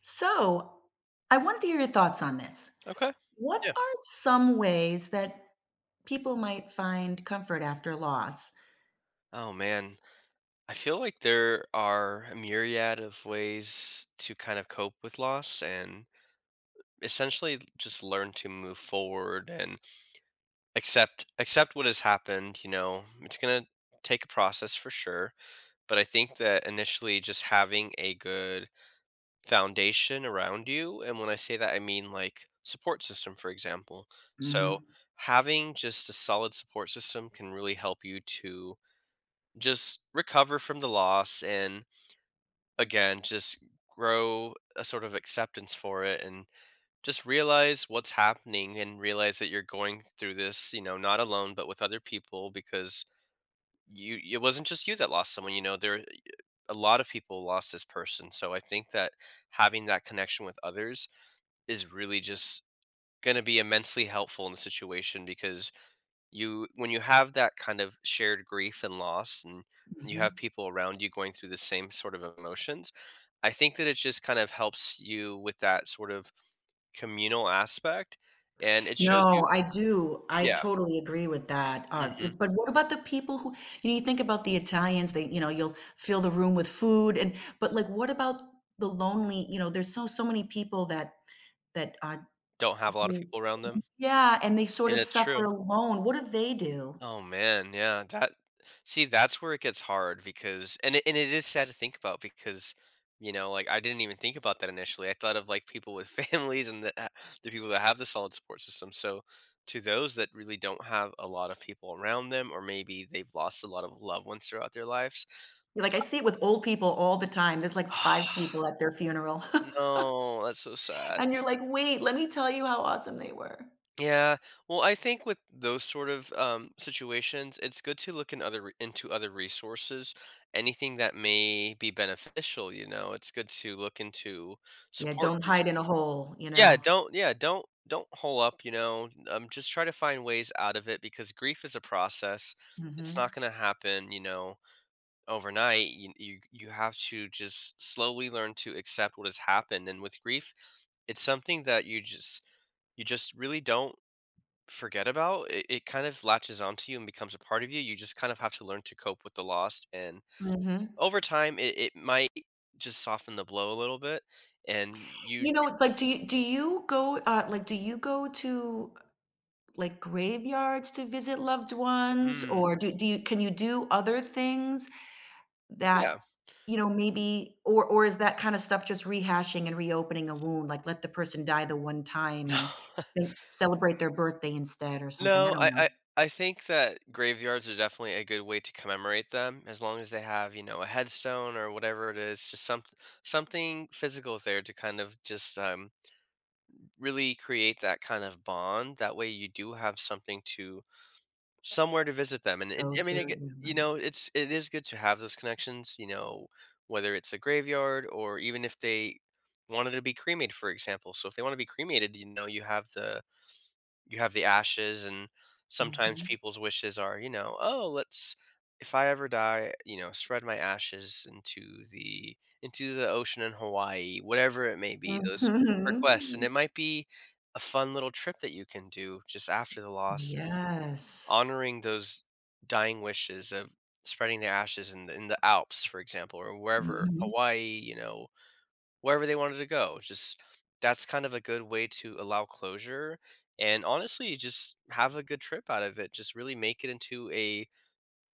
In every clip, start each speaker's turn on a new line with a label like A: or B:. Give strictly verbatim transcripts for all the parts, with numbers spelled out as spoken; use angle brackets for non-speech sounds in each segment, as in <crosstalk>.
A: So, I wanted to hear your thoughts on this.
B: Okay.
A: What
B: Yeah.
A: are some ways that people might find comfort after loss?
B: Oh man, I feel like there are a myriad of ways to kind of cope with loss and essentially just learn to move forward and accept accept what has happened, you know. It's going to take a process for sure, but I think that initially just having a good foundation around you, and when I say that I mean like support system, for example. So,
A: Mhm,
B: having just a solid support system can really help you to just recover from the loss and again just grow a sort of acceptance for it and just realize what's happening and realize that you're going through this, you know, not alone but with other people because you it wasn't just you that lost someone, you know, there a lot of people lost this person. So I think that having that connection with others is really just going to be immensely helpful in the situation because you when you have that kind of shared grief and loss and you have
A: mhm.
B: people around you going through the same sort of emotions, I think that it just kind of helps you with that sort of communal aspect, and it shows you.
A: No, I do. I
B: Yeah.
A: totally agree with that. Uh,
B: Hmm.
A: it- but what about the people who, you know, you think about the Italians, they, you know, you'll fill the room with food and but like what about the lonely, you know, there's so so many people that that uh
B: Don't have a lot of
A: who
B: people around them.
A: yeah, and they sort
B: And
A: of
B: that's true.
A: suffer alone. What do they do?
B: Oh man, yeah, that, see, that's where it gets hard because and it, and it is sad to think about because, you know, like, I didn't even think about that initially. I thought of like people with <laughs> families and the ha- the people that have the solid support system. So to those that really don't have a lot of people around them, or maybe they've lost a lot of loved ones throughout their lives.
A: Like, I see it with old people all the time. There's like five people at their funeral. <laughs>
B: <sighs> No, that's so sad.
A: And you're like, "Wait, let me tell you how awesome they were."
B: Yeah, well, I think with those sort of um, situations, it's good to look in other re- into other resources. Anything that may be beneficial, you know, it's good to look into
A: Yeah,
B: support
A: don't
B: groups.
A: hide in a hole, you
B: Yeah,
A: know?
B: don't yeah don't don't hole up. You know, um, just try to find ways out of it because grief is a process. It's not
A: Mhm.
B: going to happen, you know, overnight. You, you you have to just slowly learn to accept what has happened. And with grief, it's something that you just you just really don't forget about. It, it kind of latches onto you and becomes a part of you. You just kind of have to learn to cope with the loss. And
A: Mhm.
B: over time, it, it might just soften the blow a little bit. And you,
A: You know, it's like, do you do you go, uh, like, do you go to, like, graveyards to visit loved ones,
B: mm,
A: or do do you can you do other things that,
B: yeah,
A: you know, maybe or or is that kind of stuff just rehashing and reopening a wound, like, let the person die the one time
B: <laughs> no,
A: and think celebrate their birthday instead or something, I
B: no,
A: don't
B: I,
A: know.
B: I, I think that graveyards are definitely a good way to commemorate them, as long as they have, you know, a headstone or whatever it is, just some something physical there to kind of just um, really create that kind of bond. That way, you do have something to somewhere to visit them, and it
A: Go
B: I
A: to
B: mean, I get,
A: you know,
B: you
A: right.
B: know, it's it is good to have those connections, you know, whether it's a graveyard or even if they wanted to be cremated, for example. So if they want to be cremated, you know, you have the you have the ashes, and sometimes
A: Mhm.
B: people's wishes are, you know, oh, let's, if I ever die, you know, spread my ashes into the into the ocean in Hawaii, whatever it may be. Those requests, and it
A: Mhm.
B: might be a fun little trip that you can do just after the loss,
A: Yes.
B: honoring those dying wishes of spreading their ashes in the, in the Alps, for example, or wherever,
A: Mhm.
B: Hawaii, you know, wherever they wanted to go. Just that's kind of a good way to allow closure and honestly just have a good trip out of it. Just really make it into a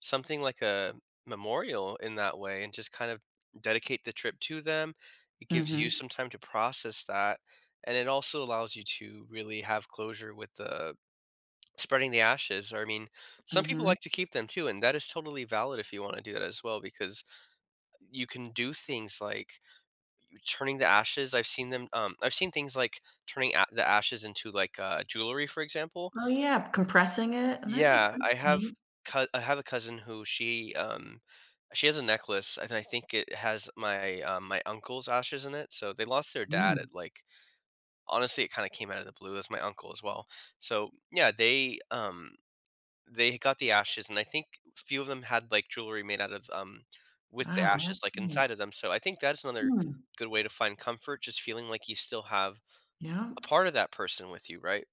B: something like a memorial in that way and just kind of dedicate the trip to them. It gives you
A: Mhm.
B: some time to process that, and it also allows you to really have closure with the spreading the ashes, or I mean, some people
A: Mhm.
B: like to keep them too, and that is totally valid if you wanna do that as well because you can do things like turning the ashes, I've seen them, um I've seen things like turning a the ashes into, like, uh, jewelry, for example.
A: Oh, yeah, compressing it, and that might
B: Yeah,
A: that's
B: I have
A: neat.
B: cou I have a cousin who she, um she has a necklace, and I think it has my, um my uncle's ashes in it, so they lost their dad at,
A: Mm,
B: like, honestly, it kinda came out of the blue. It was my uncle as well. So, yeah, they, um they got the ashes, and I think a few of them had, like, jewelry made out of, um with the
A: wow,
B: ashes,
A: that's
B: like,
A: neat.
B: inside of them, so I think that's another
A: Mm,
B: good way to find comfort, just feeling like you still have
A: yeah,
B: a part of that person with you, right?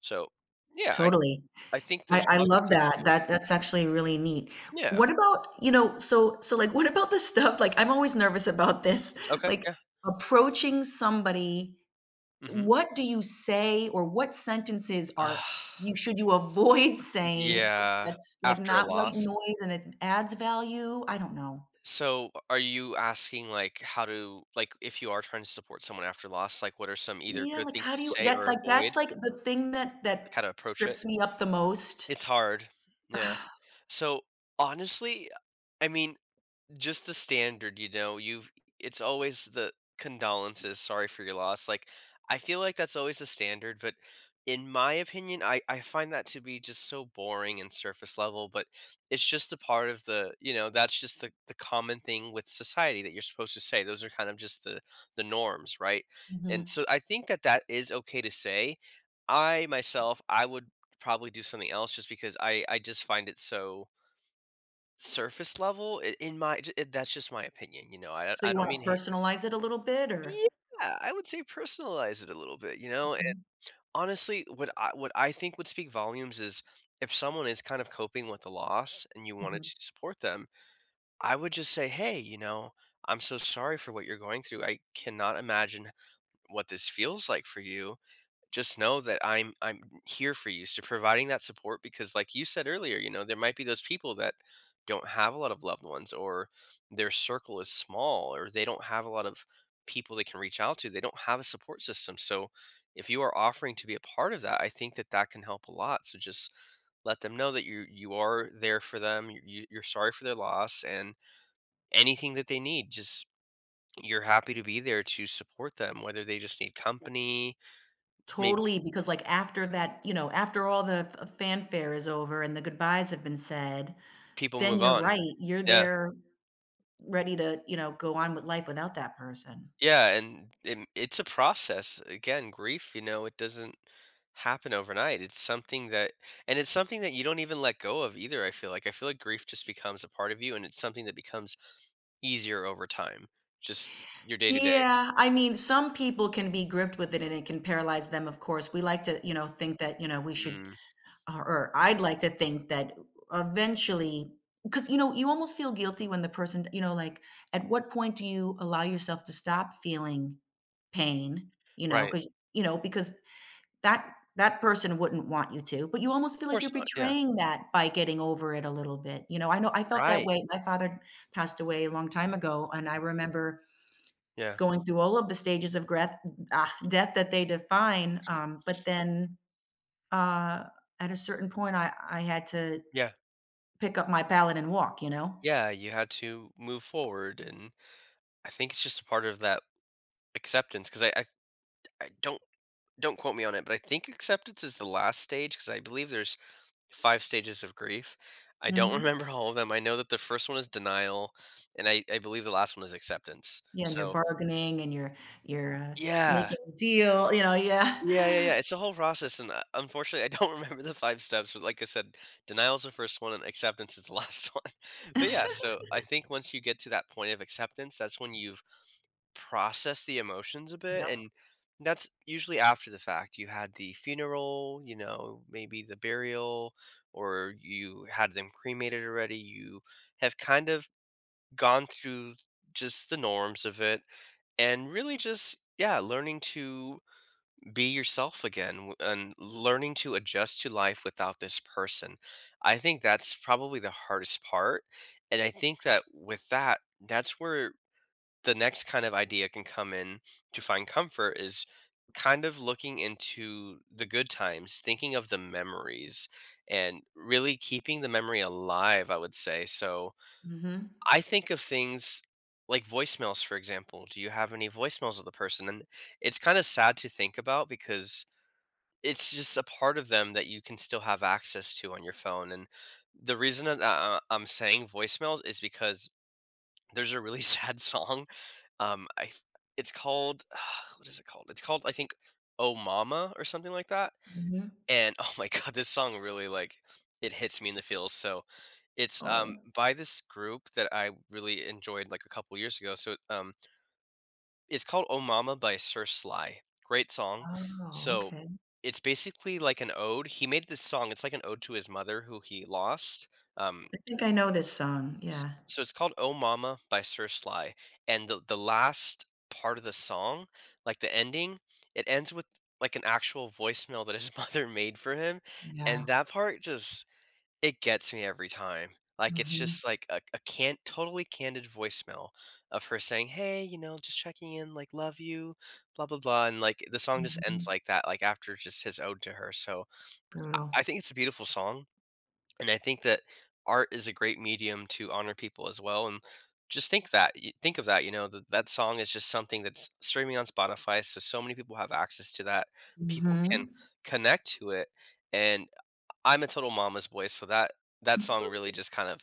B: So, yeah, I
A: totally.
B: I think
A: I
B: there's
A: I
B: a lot of things
A: love
B: you can
A: that.
B: do.
A: That that's actually really neat.
B: Yeah.
A: What about, you know, so so, like, what about the stuff like, I'm always nervous about this,
B: Okay,
A: like,
B: yeah.
A: approaching somebody,
B: Mhm.
A: what do you say or what sentences are
B: <sighs>
A: you should you avoid <laughs> saying
B: Yeah,
A: that's, like,
B: after a
A: not white
B: loss.
A: noise and it adds value? I don't know.
B: So, are you asking, like, how to, like, if you are trying to support someone after loss, like, what are some either
A: Yeah,
B: good
A: like,
B: things
A: how do
B: to
A: you
B: say
A: that
B: or
A: like, that's,
B: avoid?
A: like, the thing that
B: Like, how
A: that
B: to approach it?
A: trips me up the most.
B: It's hard. Yeah.
A: <sighs>
B: So honestly, I mean, just the standard, you know, you've it's always the condolences, sorry for your loss. Like, I feel like that's always the standard, but in my opinion, I, I find that to be just so boring and surface level, but it's just a part of the, you know, that's just the, the common thing with society that you're supposed to say. Those are kind of just the the norms, right? And
A: Mhm.
B: so I think that that is okay to say. I myself, I would probably do something else just because I I just find it so surface level, I in my j it- that's just my opinion, you know, I don't-
A: So
B: I
A: you
B: don't
A: wanna
B: mean hate.
A: personalize it a little bit or
B: Yeah, I would say personalize it a little bit, you know, and
A: mhm,
B: honestly, what I what I think would speak volumes is if someone is kind of coping with the loss and you
A: mhm.
B: wanted to support them, I would just say, "Hey, you know, I'm so sorry for what you're going through. I cannot imagine what this feels like for you." Just know that I'm I'm here for you. So providing that support because like you said earlier, you know, there might be those people that don't have a lot of loved ones or their circle is small or they don't have a lot of people they can reach out to. They don't have a support system. So if you are offering to be a part of that, I think that that can help a lot. So just let them know that you you are there for them. You, you- you're sorry for their loss and anything that they need. Just you're happy to be there to support them, whether they just need company, maybe
A: Totally, because, like, after that, you know, after all the f fanfare is over and the goodbyes have been said,
B: people
A: then
B: move
A: you're
B: on.
A: right, you're
B: Yeah.
A: there ready to, you know, go on with life without that person.
B: Yeah, and it it's a process. Again, grief, you know, it doesn't happen overnight. It's something that and it's something that you don't even let go of either, I feel like. I feel like grief just becomes a part of you and it's something that becomes easier over time. Just your day to day.
A: Yeah, I mean, some people can be gripped with it and it can paralyze them, of course. We like to, you know, think that, you know, we should
B: Mm.
A: or or I'd like to think that eventually, because you know, you almost feel guilty when the person you know, like, at what point do you allow yourself to stop feeling pain, you know,
B: Right.
A: because you know, because that that person wouldn't want you to, but you almost feel
B: Of
A: like
B: course
A: you're
B: not. Yeah.
A: betraying that by getting over it a little bit, you know, I know I felt that
B: Right.
A: way. My father passed away a long time ago, and I remember
B: Yeah.
A: going through all of the stages of greth ah, death that they define,
B: Mm.
A: um, but then, uh, at a certain point, I I had to
B: Yeah.
A: pick up my pallet and walk, you know?
B: Yeah. You had to move forward. And I think it's just a part of that acceptance because I, I, I don't, don't quote me on it, but I think acceptance is the last stage because I believe there's five stages of grief. I don't <laughs>
A: Mhm.
B: remember all of them. I know that the first one is denial, and I I believe the last one is acceptance.
A: Yeah, and you're
B: So
A: bargaining and you're you're, uh,
B: yeah.
A: making a deal, you know,
B: Yeah, yeah,
A: yeah.
B: yeah,
A: <gasps>
B: it's a
A: <laughs>
B: whole process, and, uh, unfortunately, I don't <laughs> remember the five steps, but like I said, denial is the first one and acceptance is the last <laughs> one. But yeah, so I think once you get to that point of acceptance, that's when you've process the emotions a bit
A: Yep,
B: and that's usually after the fact, you had the funeral, you know, maybe the burial or you had them cremated already. You have kind of gone through just the norms of it and really just, yeah, learning to be yourself again w- and learning to adjust to life without this person. I think that's probably the hardest part. And I think that with that, that's where the next kind of idea can come in to find comfort is kind of looking into the good times, thinking of the memories, and really keeping the memory alive, I would say. So
A: mhm,
B: I think of things like voicemails, for example. Do you have any voicemails of the person? And it's kind of sad to think about because it's just a part of them that you can still have access to on your phone. And the reason that I- I'm saying voicemails is because there's a really <laughs> sad song um, I th it's called <sighs> what is it called? It's called, I think, "Oh Mama" or something like that,
A: mhm.
B: and, oh my <laughs> god, this song really, like, it hits me in the feels, so it's, um,
A: Oh,
B: by this group that I really enjoyed, like, a couple years ago, so, um, it's called "Oh Mama" by Sir Sly. Great song.
A: oh,
B: So,
A: okay.
B: it's basically like an ode. He made this song, it's like an ode to his mother who he lost. um
A: I think I know this song,
B: S-
A: yeah.
B: so it's called "Oh Mama" by Sir Sly, and the the last part of the song, like the ending, it ends with like an actual voicemail that his <laughs> mother made for him, and
A: Yeah,
B: that part just it gets me every time. Like it's
A: mhm,
B: just like a, a can't totally candid voicemail of her saying, "Hey, you know, just checking in, like love you, blah blah blah," and like the song just ends
A: mhm.
B: like that, like after just his ode to her. So I
A: Brutal.
B: think it's a beautiful song. And I think that art is a great medium to honor people as well. And just think that, y- think of that, you know, that, that song is just something that's streaming on Spotify. So, so many people have access to that. People can
A: Mhm.
B: connect to it. And I'm a total mama's boy. So that, that song really just kind of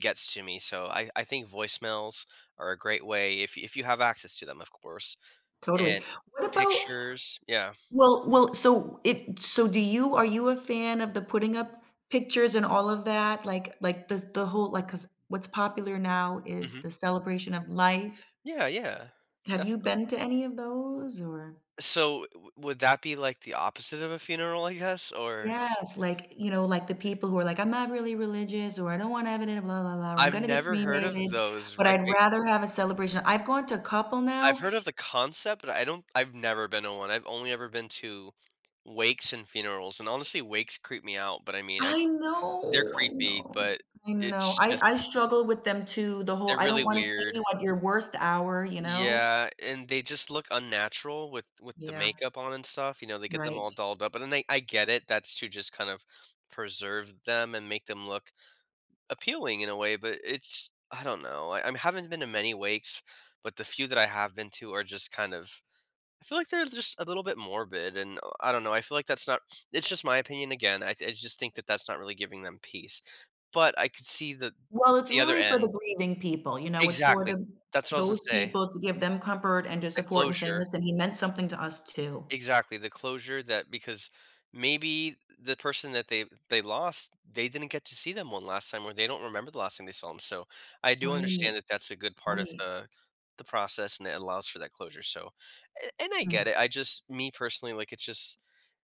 B: gets to me. So I, I think voicemails are a great way if, you- if you have access to them, of course.
A: Totally.
B: And
A: What about
B: pictures. Yeah.
A: well well, so it so do you are you a fan of the putting up pictures and all of that? Like like the the whole like. Because what's popular now is
B: Hmm.
A: the celebration of life.
B: Yeah. Yeah.
A: Have you
B: Definitely.
A: been to any of those or
B: So, w would that be, like, the opposite of a funeral, I guess, or
A: yes, like, you know, like the people who are like, "I'm not really religious," or "I don't want to have it in a blah, blah, blah, or "I'm
B: I've
A: gonna be
B: never heard of
A: cremated,
B: those,
A: but
B: like,
A: I'd
B: I
A: rather have a celebration." I've gone to a couple
B: I've
A: now
B: heard of the concept, but I don't I've never been to one. I've only ever been to wakes and funerals, and honestly, wakes creep me out, but I mean, I
A: I
B: they're
A: know, I
B: creepy,
A: know,
B: but
A: I know.
B: it's
A: I I
B: just
A: struggle with them too, the
B: they're
A: whole, "I
B: really
A: don't wanna see you
B: weird.
A: at your worst hour," you know?
B: Yeah, and they just look unnatural with with the
A: Yeah,
B: makeup on and stuff, you know, they get them all
A: right.
B: dolled up, and then I I get it, that's to just kind of preserve them and make them look appealing in a way, but it's I don't know. I, I haven't been to many wakes, but the few that I have been to are just kind of I feel like they're just a little bit morbid, and uh, I don't know. I feel like that's not. It's just my opinion again. I, I just think that that's not really giving them peace. But I could see the
A: Well, it's
B: the other
A: really for the
B: end
A: grieving people, you know, it's for
B: exactly.
A: the
B: That's what I was gonna
A: those
B: say.
A: people to give them comfort and to
B: The
A: support and say,
B: closure.
A: "Listen, he meant something to us too."
B: Exactly, the closure that because maybe the person that they they lost, they didn't get to see them one last time, or they don't remember the last time they saw them. So I do understand
A: Right,
B: that that's a good part of
A: right.
B: the the process, and it allows for that closure. So, a- and I
A: Mm.
B: get it. I just me personally, like it's just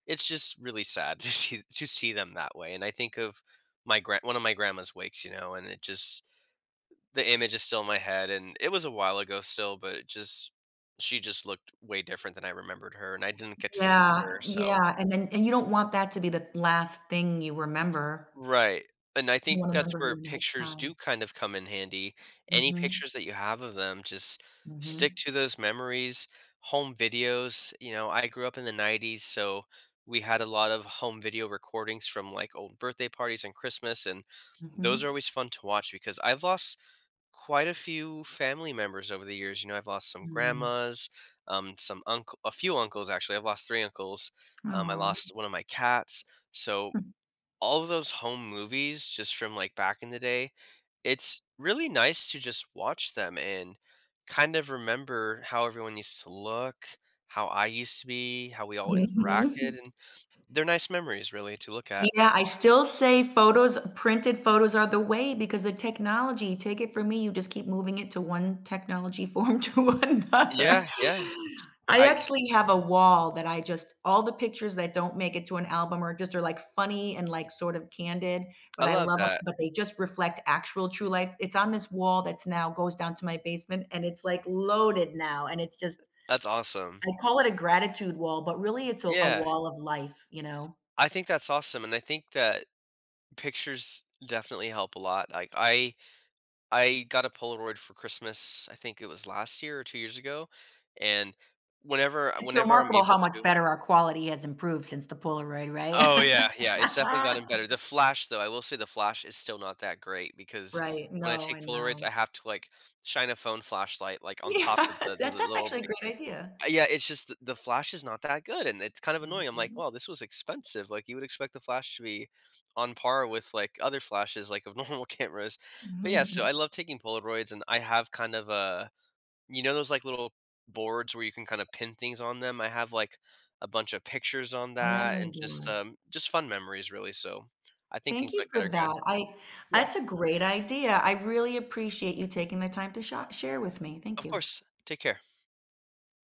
B: it's just really sad <laughs> to see to see them that way. And I think of my grand one of my grandma's wakes, you know, and it just the image is still in my head, and it was a while ago still, but it just she just looked way different than I remembered her, and I didn't get to see
A: Yeah,
B: her, so.
A: yeah, and then and you don't want that to be the last thing you remember.
B: Right, and I
A: You
B: think <laughs>
A: wanna
B: that's
A: remember her
B: where
A: in the right
B: pictures do
A: time.
B: kind of come in handy. Any
A: Mhm,
B: pictures that you have of them, just stick
A: mhm,
B: to those memories. Home videos, you know, I grew up in the nineties, so we had a lot of home video recordings from, like, old birthday parties and Christmas, and those are
A: mhm.
B: always fun to watch because I've lost quite a few family members over the years. You know, I've lost some
A: Mm.
B: grandmas, um, some uncle, a few uncles actually. I've lost three uncles. Um, I
A: Oh.
B: lost one of my cats. So all of those home movies, just from like back in the day, it's really nice to just watch them and kind of remember how everyone used to look, how I used to be, how we all
A: Mhm.
B: interacted, and they're nice memories really to look at.
A: Yeah, I still say photos printed photos are the way because the technology take it from me, you just keep moving it to one technology form <laughs> to another.
B: Yeah, yeah. Just
A: I
B: I
A: actually have a wall that I just all the pictures that don't make it to an album or just are like funny and like sort of candid,
B: I
A: but I
B: love
A: love them.
B: that.
A: But they just reflect actual true life. It's on this wall that's now goes down to my basement and it's like loaded now, and it's just
B: That's awesome.
A: I call it a gratitude wall, but really it's a a
B: Yeah.
A: wall of life, you know?
B: I think that's awesome, and I think that pictures definitely help a lot. Like I I got a Polaroid for Christmas. I think it was last year or two years ago, and whenever
A: It's
B: whenever I'm
A: remarkable
B: able
A: how much
B: to.
A: better our quality has improved since the Polaroid,
B: Oh, yeah, yeah, it's definitely
A: right?
B: gotten
A: <laughs>
B: better. The flash, though, I will say the flash is still not that great because
A: Right,
B: when I
A: no,
B: take
A: I
B: Polaroids, I
A: know.
B: have to, like, shine a phone flashlight, like, on
A: Yeah,
B: top of the
A: <laughs>
B: the
A: that
B: the
A: that's
B: little.
A: actually a great idea.
B: Uh, yeah, it's just th the Flash is not that good, and it's kind of annoying. I'm like,
A: Mhm.
B: "Wow, this was expensive." Like, you would expect the Flash to be on par with, like, other Flashes, like, of <laughs> normal cameras. But, yeah, so I
A: <laughs>
B: love taking Polaroids, and I have kind of a you know those, like, little boards where you can kinda pin things on them? I have, like, a bunch of pictures on
A: A
B: that
A: memory
B: and just,
A: board.
B: um just fun memories, really, so I think
A: Thank
B: things
A: you
B: like that
A: for
B: are good.
A: that. I
B: Yeah.
A: that's a great idea. I really appreciate you taking the time to sha share with me. Thank
B: Of
A: you.
B: course. Take care.